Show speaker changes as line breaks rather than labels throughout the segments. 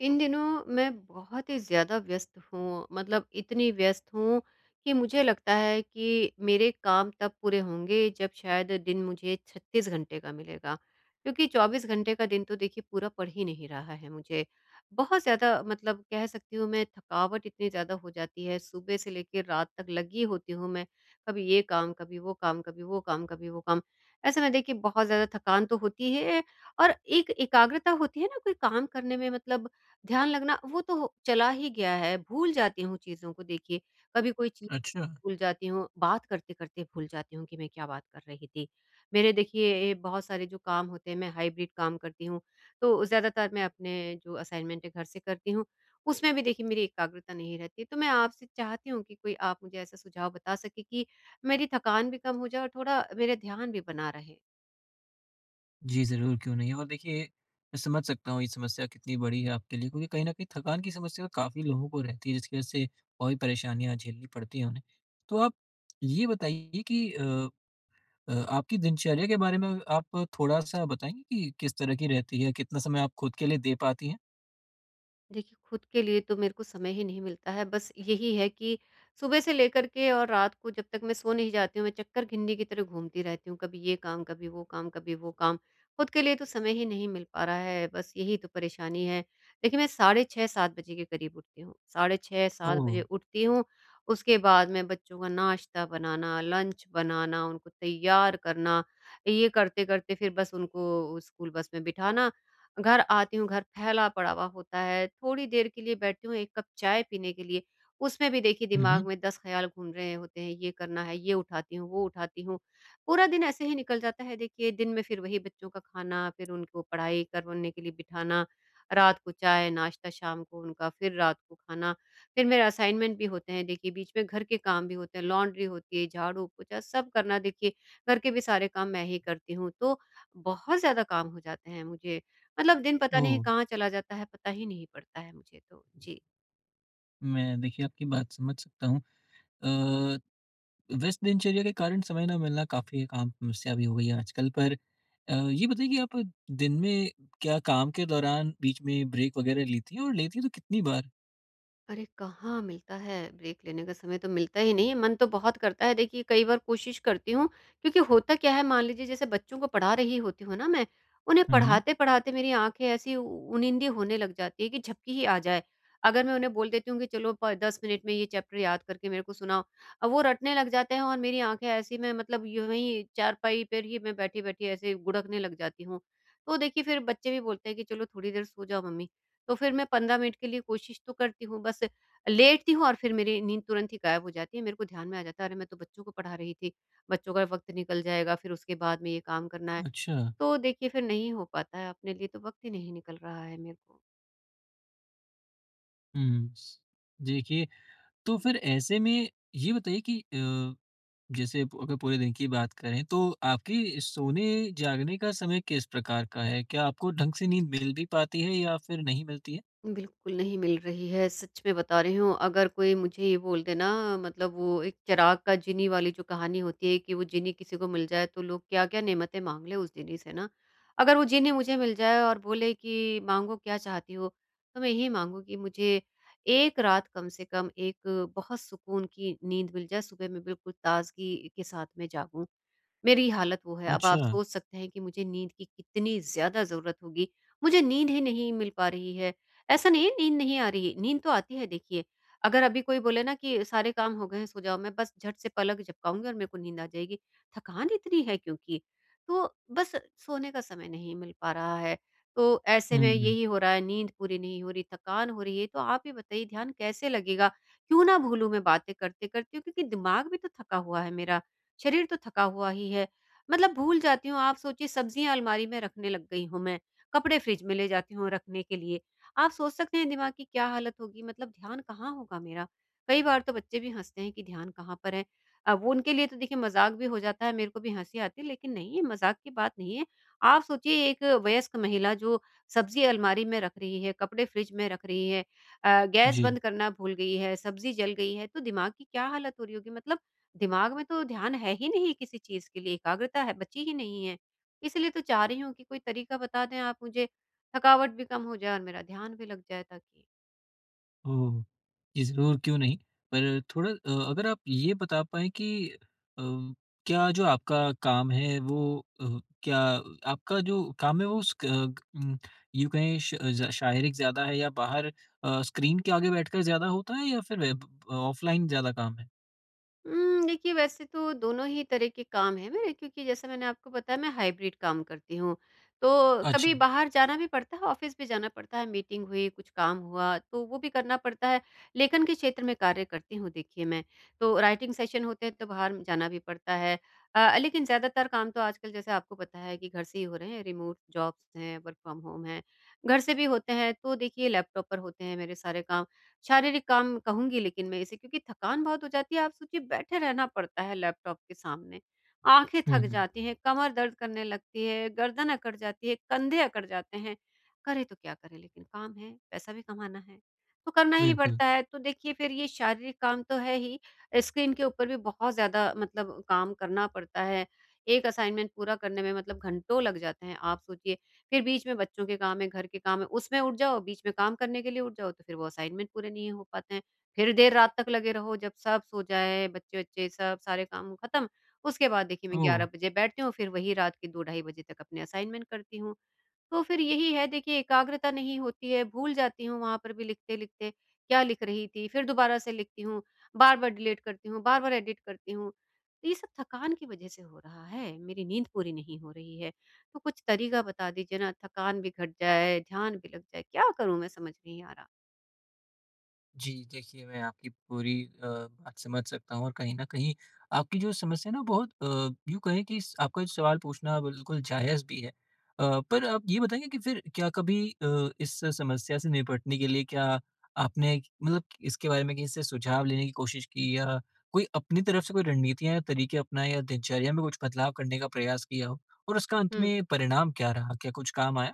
इन दिनों मैं बहुत ही ज़्यादा व्यस्त हूँ, मतलब इतनी व्यस्त हूँ कि मुझे लगता है कि मेरे काम तब पूरे होंगे जब शायद दिन मुझे 36 घंटे का मिलेगा। क्योंकि 24 घंटे का दिन तो देखिए पूरा पड़ ही नहीं रहा है मुझे। बहुत ज़्यादा मतलब कह सकती हूँ मैं थकावट इतनी ज़्यादा हो जाती है, सुबह से लेकर रात तक लगी होती हूँ मैं, कभी ये काम, कभी वो काम, कभी वो काम, कभी वो काम। ऐसे में देखिए बहुत ज़्यादा थकान तो होती है और एक एकाग्रता होती है ना कोई काम करने में मतलब ध्यान लगना वो तो हो चला ही गया है, भूल जाती हूँ चीज़ों को देखिए, कभी कोई चीज़
अच्छा।
भूल जाती हूँ, बात करते-करते भूल जाती हूँ कि मैं क्या बात कर रही थी। मेरे देखिए ये बहुत सारे जो काम होते हैं, मैं हाइब्रिड काम करती हूँ, तो ज़्यादातर मैं अपने जो असाइनमेंट है घर से करती हूँ, उसमें भी देखिए मेरी एकाग्रता नहीं रहती। तो मैं आपसे चाहती हूँ कि कोई आप मुझे ऐसा सुझाव बता सकें कि मेरी थकान भी कम हो जाए और थोड़ा मेरा ध्यान भी बना रहे।
जी, ज़रूर, क्यों नहीं। और देखिए, मैं समझ सकता हूँ ये समस्या कितनी बड़ी है आपके लिए, क्योंकि कहीं न कहीं थकान की समस्या काफ़ी लोगों को रहती है, जिसकी वज़ह से और भी परेशानियाँ झेलनी पड़ती हैं उन्हें। तो आप ये बताइए कि आपकी दिनचर्या के बारे में आप थोड़ा-सा बताएँगे कि किस तरह की रहती है? कितना समय आप खुद के लिए दे पाती हैं?
देखिए, खुद के लिए तो मेरे को समय ही नहीं मिलता है। बस यही है कि सुबह से लेकर के और रात को जब तक मैं सो नहीं जाती हूँ, मैं चक्कर घिन्नी की तरह घूमती रहती हूँ। कभी ये काम, कभी वो काम, कभी वो काम। खुद के लिए तो समय ही नहीं मिल पा रहा है, बस यही तो परेशानी है। देखिए, मैं साढ़े 6 7 बजे के करीब उठती हूँ। साढ़े 6 7
ओह!
बजे उठती हूँ, उसके बाद मैं बच्चों का नाश्ता बनाना, लंच बनाना, उनको तैयार करना, ये करते-करते फिर बस उनको स्कूल बस में बिठाना घर आती हूँ, घर फैला पड़ा हुआ होता है, थोड़ी देर के लिए बैठती हूँ 1 कप चाय पीने के लिए, उसमें भी देखिए
हुँ,
दिमाग
हुँ।
में 10 ख़्याल घूम रहे होते हैं, ये करना है, ये उठाती हूँ, वो उठाती हूँ। पूरा दिन ऐसे ही निकल जाता है देखिए, दिन में फिर वही बच्चों का खाना, फिर उनको पढ़ाई करवाने के लिए बिठाना, रात को चाय, नाश्ता शाम को उनका, फिर रात को खाना, फिर मेरे असाइनमेंट भी होते हैं देखिए, बीच में घर के काम भी होते हैं, लॉन्ड्री होती है, झाड़ू-पोंछा सब करना देखिए, घर के भी सारे काम मैं ही करती हूँ, तो बहुत ज़्यादा काम हो जाते हैं मुझे। मतलब दिन पता नहीं
ओह!
कहाँ चला जाता है, पता ही नहीं पड़ता है मुझे तो। जी।
मैं देखिए आपकी बात समझ सकता हूँ। अ, व्यस्त दिनचर्या के कारण समय ना मिलना काफ़ी एक आम समस्या भी हो गई है आजकल, पर ये बताइए कि आप दिन में क्या काम के दौरान बीच में ब्रेक वगैरह लेती हैं, और लेती हैं तो कितनी बार?
अरे कहाँ मिलता है ब्रेक लेने का समय तो मिलता ही नहीं है मन तो बहुत करता है देखिए कई बार कोशिश करती हूँ क्योंकि होता क्या है मान लीजिए जैसे बच्चों को पढ़ा रही होती हूँ ना मैं उन्हें
हुँ, हुँ।
पढ़ाते पढ़ाते मेरी आंखें ऐसी उनिंदी होने लग जाती है कि झपकी ही आ जाए अगर मैं उन्हें बोल देती हूँ कि चलो दस मिनट में ये चैप्टर याद करके मेरे को सुनाओ अब वो रटने लग जाते हैं और मेरी आंखें ऐसी मैं मतलब यूं ही चारपाई पर ही मैं बैठी बैठी ऐसे गुड़कने लग जाती हूँ तो देखिए फिर बच्चे भी बोलते हैं कि चलो थोड़ी देर सो जाओ मम्मी तो फिर मैं 15 मिनट के लिए कोशिश तो करती हूँ, बस लेटती हूँ और फिर मेरी नींद तुरंत ही गायब हो जाती है। मेरे को ध्यान में आ जाता है, अरे! मैं तो बच्चों को पढ़ा रही थी, बच्चों का वक़्त निकल जाएगा, फिर उसके बाद में ये काम करना है।
अच्छा,
तो देखिए फिर नहीं हो पाता है, अपने लिए तो वक़्त ही नहीं निकल रहा है मेरे को।
हुँ। स देखिए, तो फिर ऐसे में ये बताइए कि जैसे प अगर पूरे दिन की बात करें तो आपकी सोने जागने का समय किस प्रकार का है? क्या आपको ढंग से नींद मिल भी पाती है या फिर नहीं मिलती है?
बिल्कुल नहीं मिल रही है, सच में बता रही हूँ। अगर कोई मुझे ये बोल दे ना मतलब वो एक चिराग का जीनी वाली जो कहानी होती है कि वो जीनी किसी को मिल जाए तो लोग क्या-क्या नेमतें माँग लें उस जीनी से ना। अगर वो जीनी मुझे मिल जाए और बोले कि माँगो क्या चाहती हो? तो मैं यही माँगूँगी मुझे 1 रात कम से कम एक बहुत सुकून की नींद मिल जाए, सुबह मैं बिल्कुल ताज़गी के साथ में जागूँ। मेरी हालत वो है। अब आप
अच्छा।
सोच सकते हैं कि मुझे नींद की कितनी ज़्यादा ज़रूरत होगी। मुझे नींद ही नहीं मिल पा रही है। ऐसा नहीं है नींद नहीं आ रही, नींद तो आती है देखिए। अगर अभी कोई बोले ना कि सारे काम हो गए हैं सो जाओ, मैं बस झट से पलक झपकाऊँगी और मेरे को नींद आ जाएगी। थकान इतनी है क्योंकि। तो बस सोने का समय नहीं मिल पा रहा है। तो ऐसे
हुँ,
में
हुँ।
यही हो रहा है नींद पूरी नहीं हो रही, थकान हो रही है। तो आप ही बताइए ध्यान कैसे लगेगा? क्यों ना भूलूँ मैं बातें करते-करते क्योंकि दिमाग भी तो थका हुआ है मेरा। शरीर तो थका हुआ ही है। मतलब भूल जाती हूँ, आप सोचिए सब्जियाँ अलमारी में रखने लग गई हूँ मैं, कपड़े फ्रिज में ले जाती हूँ रखने के लिए। आप सोच सकते हैं दिमाग की क्या हालत होगी, मतलब ध्यान कहाँ होगा मेरा? कई बार तो बच्चे भी हँसते हैं कि ध्यान कहाँ पर है। अब वो उनके लिए तो देखिए मज़ाक भी हो जाता है, मेरे को भी हँसी आती है, लेकिन नहीं, ये मज़ाक की बात नहीं है। आप सोचिए एक वयस्क महिला जो सब्ज़ी अलमारी में रख रही है, कपड़े फ्रिज में रख रही है गैस
जी।
बंद करना भूल गई है, सब्ज़ी जल गई है, तो दिमाग की क्या हालत हो रही होगी? मतलब दिमाग में तो ध्यान है ही नहीं किसी चीज़ के लिए, एकाग्रता है बची ही नहीं है। इसलिए तो चाह रही हूँ कि कोई तरीका बता दें आप मुझे, थकावट भी कम हो जाए और मेरा ध्यान भी लग जाए ताकि।
ओह! जी, ज़रूर, क्यों नहीं। पर थोड़ा अगर आप ये बता पाएँ कि अ, क्या जो आपका काम है वो अ, क्या आपका जो काम है वो स क उम, यूँ कहें श ज़ शारीरिक ज़्यादा है या बाहर स्क्रीन के आगे बैठकर ज़्यादा होता है या फिर वेब ऑफ़लाइन ज़्यादा काम है?
देखिए वैसे तो दोनों ही तरह के काम हैं मेरे क्योंकि जैसा मैंने आपको बताया मैं हाइब्रिड काम करती हूँ। तो कभी
अच्छा।
बाहर जाना भी पड़ता है, ऑफ़िस भी जाना पड़ता है, मीटिंग हुई, कुछ काम हुआ तो वो भी करना पड़ता है। लेखन के क्षेत्र में कार्य करती हूँ देखिए मैं। तो राइटिंग सेशन होते हैं तो बाहर जाना भी पड़ता है। लेकिन ज़्यादातर काम तो आजकल जैसे आपको पता है कि घर से ही हो रहे हैं, रिमोट जॉब्स हैं, वर्क फ्रॉम होम है। घर से भी होते हैं तो देखिए लैपटॉप पर होते हैं मेरे सारे काम। शारीरिक काम कहूँगी लेकिन मैं इसे क्योंकि थकान बहुत हो जाती है। आप सोचिए बैठे रहना पड़ता है लैपटॉप के सामने, आँखें
हुँ,
थक
हुँ।
जाती हैं, कमर दर्द करने लगती है, गर्दन अकड़ जाती है, कंधे अकड़ जाते हैं। करें तो क्या करें लेकिन काम है, पैसा भी कमाना है, तो करना ही
बिल्कुल।
पड़ता है। तो देखिए फिर ये शारीरिक काम तो है ही, स्क्रीन के ऊपर भी बहुत ज़्यादा मतलब काम करना पड़ता है। एक असाइनमेंट पूरा करने में मतलब घंटों लग जाते हैं। आप सोचिए फिर बीच में बच्चों के काम है, घर के काम है, उसमें उठ जाओ, बीच में काम करने के लिए उठ जाओ, तो फिर वो असाइनमेंट पूरे नहीं हो पाते हैं। फिर देर रात तक लगे रहो, जब सब सो जाए, बच्चे-वच्चे सब सारे काम खत्म, उसके बाद देखिए मैं
ओह!
11 बजे बैठती हूँ, फिर वही रात के 2 ढाई बजे तक अपने असाइनमेंट करती हूँ। तो फिर यही है देखिए एकाग्रता नहीं होती है, भूल जाती हूँ वहाँ पर भी लिखते-लिखते, क्या लिख रही थी, फिर दोबारा से लिखती हूँ, बार-बार डिलीट करती हूँ, बार-बार एडिट करती हूँ। तो ये सब थकान की वजह से हो रहा है, मेरी नींद पूरी नहीं हो रही है। तो कुछ तरीका बता दीजिए ना, थकान भी घट जाए, ध्यान भी लग जाए, क्या करूँ मैं समझ नहीं आ रहा।
जी, देखिए, मैं आपकी पूरी बात समझ सकता हूँ और कहीं न कहीं आपकी जो समस्या है ना बहुत यूँ कहें कि स आपका जो सवाल पूछना बिल्कुल जायज़ भी है। पर आप ये बताएँगे कि फिर क्या कभी इस समस्या से निपटने के लिए क्या आपने मतलब इसके बारे में कहीं से सुझाव लेने की कोशिश की, या कोई अपनी तरफ से कोई रणनीतियाँ या तरीके अपनाए, या दिनचर्या में कुछ बदलाव करने का प्रयास किया हो? और उसका अंत
हुँ।
में परिणाम क्या रहा? क्या कुछ काम आया?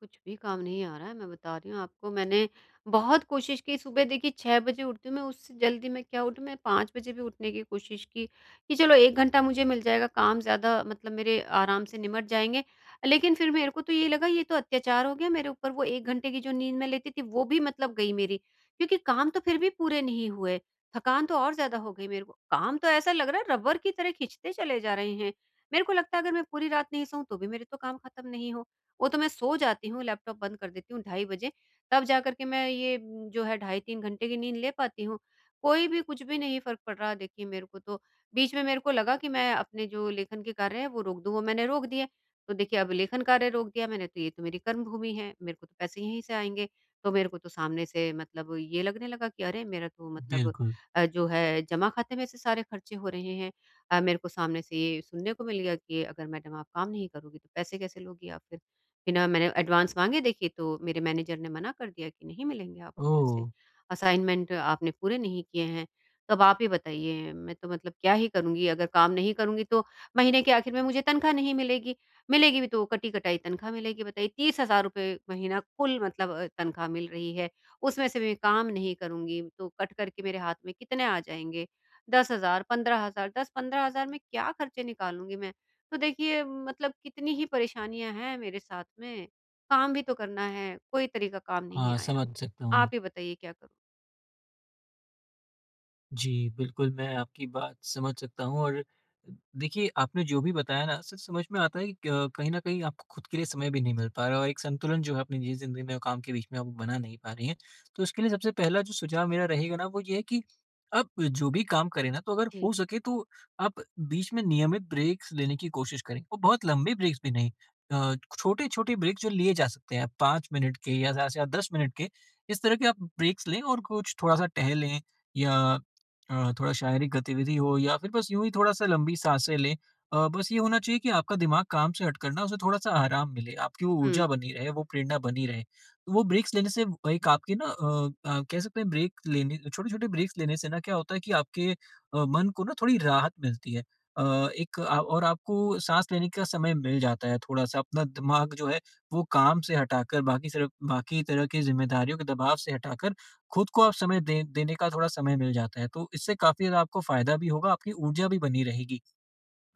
कुछ भी काम नहीं आ रहा है मैं बता रही हूँ आपको मैंने बहुत कोशिश की सुबह देखिए 6 बजे उठती हूँ मैं उससे जल्दी मैं क्या उठूँ मैं 5 बजे भी उठने की कोशिश की कि चलो 1 घंटा मुझे मिल जाएगा काम ज़्यादा मतलब मेरे आराम से निमट जाएँगे। लेकिन फिर मेरे को तो ये लगा ये तो अत्याचार हो गया मेरे ऊपर वो 1 घंटे की जो नींद मैं लेती थी वो भी मतलब गई मेरी क्योंकि काम तो फिर भी पूरे नहीं हुए। थकान तो और ज़्यादा हो गई मेरे को। काम तो ऐसा लग रहा है रबर की तरह खींचते चले जा रहे हैं। मेरे को लगता है अगर मैं पूरी रात नहीं सोऊँ तो भी मेरे तो काम खत्म नहीं वो तो मैं सो जाती हूँ, लैपटॉप बंद कर देती हूँ 2:30 बजे, तब जा कर के मैं ये जो है ढाई 3 घंटे की नींद ले पाती हूँ। कोई भी कुछ भी नहीं फ़र्क पड़ रहा देखिए मेरे को तो। बीच में मेरे को लगा कि मैं अपने जो लेखन के कार्य हैं वो रोक दूँ, वो मैंने रोक दिए। तो देखिए अब लेखन कार्य रोक दिया मैंने तो ये तो मेरी कर्मभूमि है, मेरे को तो पैसे यहीं से आएँगे। तो मेरे को तो सामने से मतलब ये लगने लगा कि अरे! मेरा तो मतलब
बिल्कुल।
जो है जमा खाते में से सारे खर्चे हो रहे हैं। मेरे को सामने से ये सुनने को मिल गया कि अगर मैडम आप काम नहीं करोगी तो पैसे कैसे लोगी आप फिर? बिना मैंने एडवांस माँगे देखिए तो मेरे मैनेजर ने मना कर दिया कि नहीं मिलेंगे आपको पैसे।
ओह!
असाइनमेंट आपने पूरे नहीं किए हैं। तो अब आप ही बताइए मैं तो मतलब क्या ही करूँगी? अगर काम नहीं करूँगी तो महीने के आखिर में मुझे तनख्वाह नहीं मिलेगी। मिलेगी भी तो कटी-कटाई तनख्वाह मिलेगी बताइए। ₹30,000 महीना कुल मतलब तनख्वाह मिल रही है। उसमें से मैं काम नहीं करूँगी तो कट करके मेरे हाथ में कितने आ जाएँगे? 10,000 15,000 10-15,000 में क्या खर्चे निकालूँगी मैं? तो देखिए मतलब कितनी ही परेशानियाँ हैं मेरे साथ में, काम भी तो करना है, कोई तरीका काम नहीं
हाँ, समझ
आया।
सकता
आप
हूँ।
ही बताइए क्या करूँ?
जी, बिल्कुल, मैं आपकी बात समझ सकता हूँ, और देखिए, आपने जो भी बताया ना, सच समझ में आता है कि कहीं न कहीं आपको खुद के लिए समय भी नहीं मिल पा रहा है, और एक संतुलन जो है अपनी निजी ज़िंदगी में और काम के बीच में आप बना नहीं पा रही हैं। तो इसके लिए सबसे पहला जो सुझाव मेरा रहेगा ना, वो ये है कि आप जो भी काम करें ना, तो अगर
जी।
हो सके तो आप बीच में नियमित ब्रेक्स लेने की कोशिश करें, और बहुत लंबे ब्रेक्स भी नहीं। छोटे-छोटे ब्रेक जो लिए जा सकते हैं, 5 मिनट के या ज़्यादा से ज़्यादा 10 मिनट के, इस तरह के आप ब्रेक्स लें और कुछ थोड़ा-सा टहलें या थोड़ा शारीरिक गतिविधि हो, या फिर बस यूँ ही थोड़ा-सा लंबी साँसें लें। बस ये होना चाहिए कि आपका दिमाग काम से हटकर ना उसे थोड़ा-सा आराम मिले, आपकी वो
हुँ,
ऊर्जा बनी रहे, वो प्रेरणा बनी रहे। तो वो ब्रेक्स लेने से वो एक आपकी ना कह सकते हैं, ब्रेक लेने छोटे-छोटे ब्रेक्स लेने से ना क्या होता है कि आपके मन को ना थोड़ी राहत मिलती है। अ, एक और आपको साँस लेने का समय मिल जाता है थोड़ा-सा, अपना दिमाग जो है वो काम से हटाकर, बाकी सिर्फ बाकी तरह की ज़िम्मेदारियों के दबाव से हटाकर खुद को आप समय दे देने का थोड़ा समय मिल जाता है, तो इससे काफ़ी ज़्यादा आपको फ़ायदा भी होगा, आपकी ऊर्जा भी बनी रहेगी।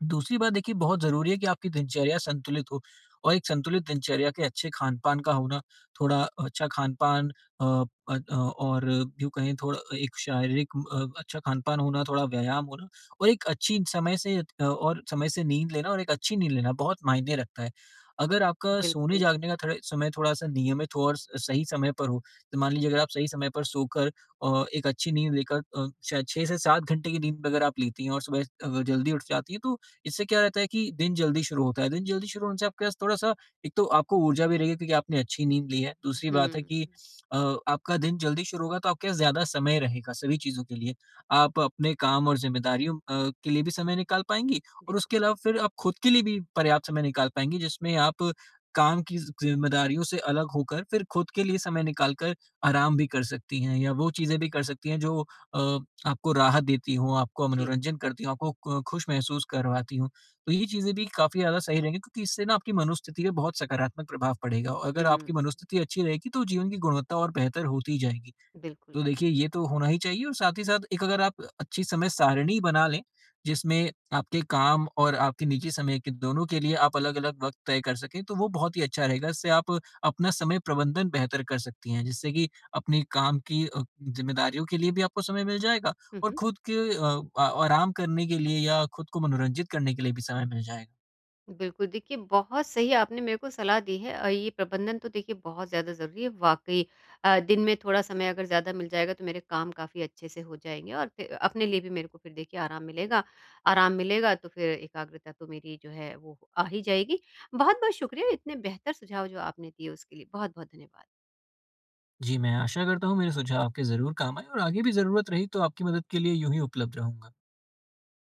दूसरी बात, देखिए, बहुत ज़रूरी है कि आपकी दिनचर्या संतुलित हो, और एक संतुलित दिनचर्या के अच्छे खान-पान का होना, थोड़ा अच्छा खान-पान और यूँ कहें थोड़ा एक शारीरिक अच्छा खान-पान होना, थोड़ा व्यायाम होना, और एक अच्छी समय से और समय से नींद लेना और एक अच्छी नींद लेना बहुत मायने रखता है। अगर आपका सोने
बिल्कुल।
जागने का थोड़ा समय थोड़ा-सा नियमित हो और स सही समय पर हो, तो मान लीजिए अगर आप सही समय पर सोकर एक अच्छी नींद लेकर शायद 6 से 7 घंटे की नींद अगर आप लेती हैं और सुबह जल्दी उठ जाती हैं, तो इससे क्या रहता है कि दिन जल्दी शुरू होता है। दिन जल्दी शुरू होने से आपके पास थोड़ा-सा, एक तो आपको ऊर्जा भी रहेगी क्योंकि आपने अच्छी नींद ली है। दूसरी
हुँ,
बात है कि अ, आपका दिन जल्दी शुरू होगा तो आपके पास ज़्यादा समय रहेगा सभी चीज़ों के लिए। आप अपने काम और ज़िम्मेदारियों के लिए भी समय निकाल पाएँगी, और
बिल्कुल।
उसके अलावा फिर आप खुद के लिए भी पर्याप्त समय निकाल पाएँगी, जिसमें आप काम की ज़िम्मेदारियों से अलग होकर फिर खुद के लिए समय निकाल कर आराम भी कर सकती हैं, या वो चीज़ें भी कर सकती हैं जो अ, आपको राहत देती हों, आपको
जी,
मनोरंजन करती हों, आपको क खुश महसूस करवाती हों। तो ये चीज़ें भी काफ़ी ज़्यादा सही रहेंगी, क्योंकि इससे ना आपकी मनोस्थिति पे बहुत सकारात्मक प्रभाव पड़ेगा, और अगर
हुँ,
आपकी मनोस्थिति अच्छी रहेगी तो जीवन की गुणवत्ता और बेहतर होती ही जाएगी।
बिल्कुल।
तो देखिए ये तो होना ही चाहिए, और साथ ही साथ एक अगर आप अच्छी समय सारिणी बना लें, जिसमें आपके काम और आपके निजी समय, के दोनों के लिए आप अलग-अलग वक़्त तय कर सकें, तो वो बहुत ही अच्छा रहेगा। इससे आप अपना समय प्रबंधन बेहतर कर सकती हैं, जिससे कि अपने काम की ज़िम्मेदारियों के लिए भी आपको समय मिल जाएगा,
हुँ,
और
हुँ।
खुद के अ, आ आराम करने के लिए या खुद को मनोरंजित करने के लिए भी समय मिल जाएगा।
बिल्कुल, देखिए बहुत सही आपने मेरे को सलाह दी है ये प्रबंधन तो देखिए बहुत ज़्यादा ज़रूरी है वाक़ई। दिन में थोड़ा समय अगर ज़्यादा मिल जाएगा तो मेरे काम काफ़ी अच्छे से हो जाएँगे और फिर अपने लिए भी मेरे को फिर देखिए आराम मिलेगा। आराम मिलेगा तो फिर एकाग्रता तो मेरी जो है वो आ ही जाएगी। बहुत-बहुत शुक्रिया इतने बेहतर सुझाव जो आपने दिए उसके लिए, बहुत-बहुत धन्यवाद।
जी, मैं आशा करता हूँ मेरे सुझाव आपके ज़रूर काम आएँ, और आगे भी ज़रूरत रही तो आपकी मदद के लिए यूँ ही उपलब्ध रहूँगा।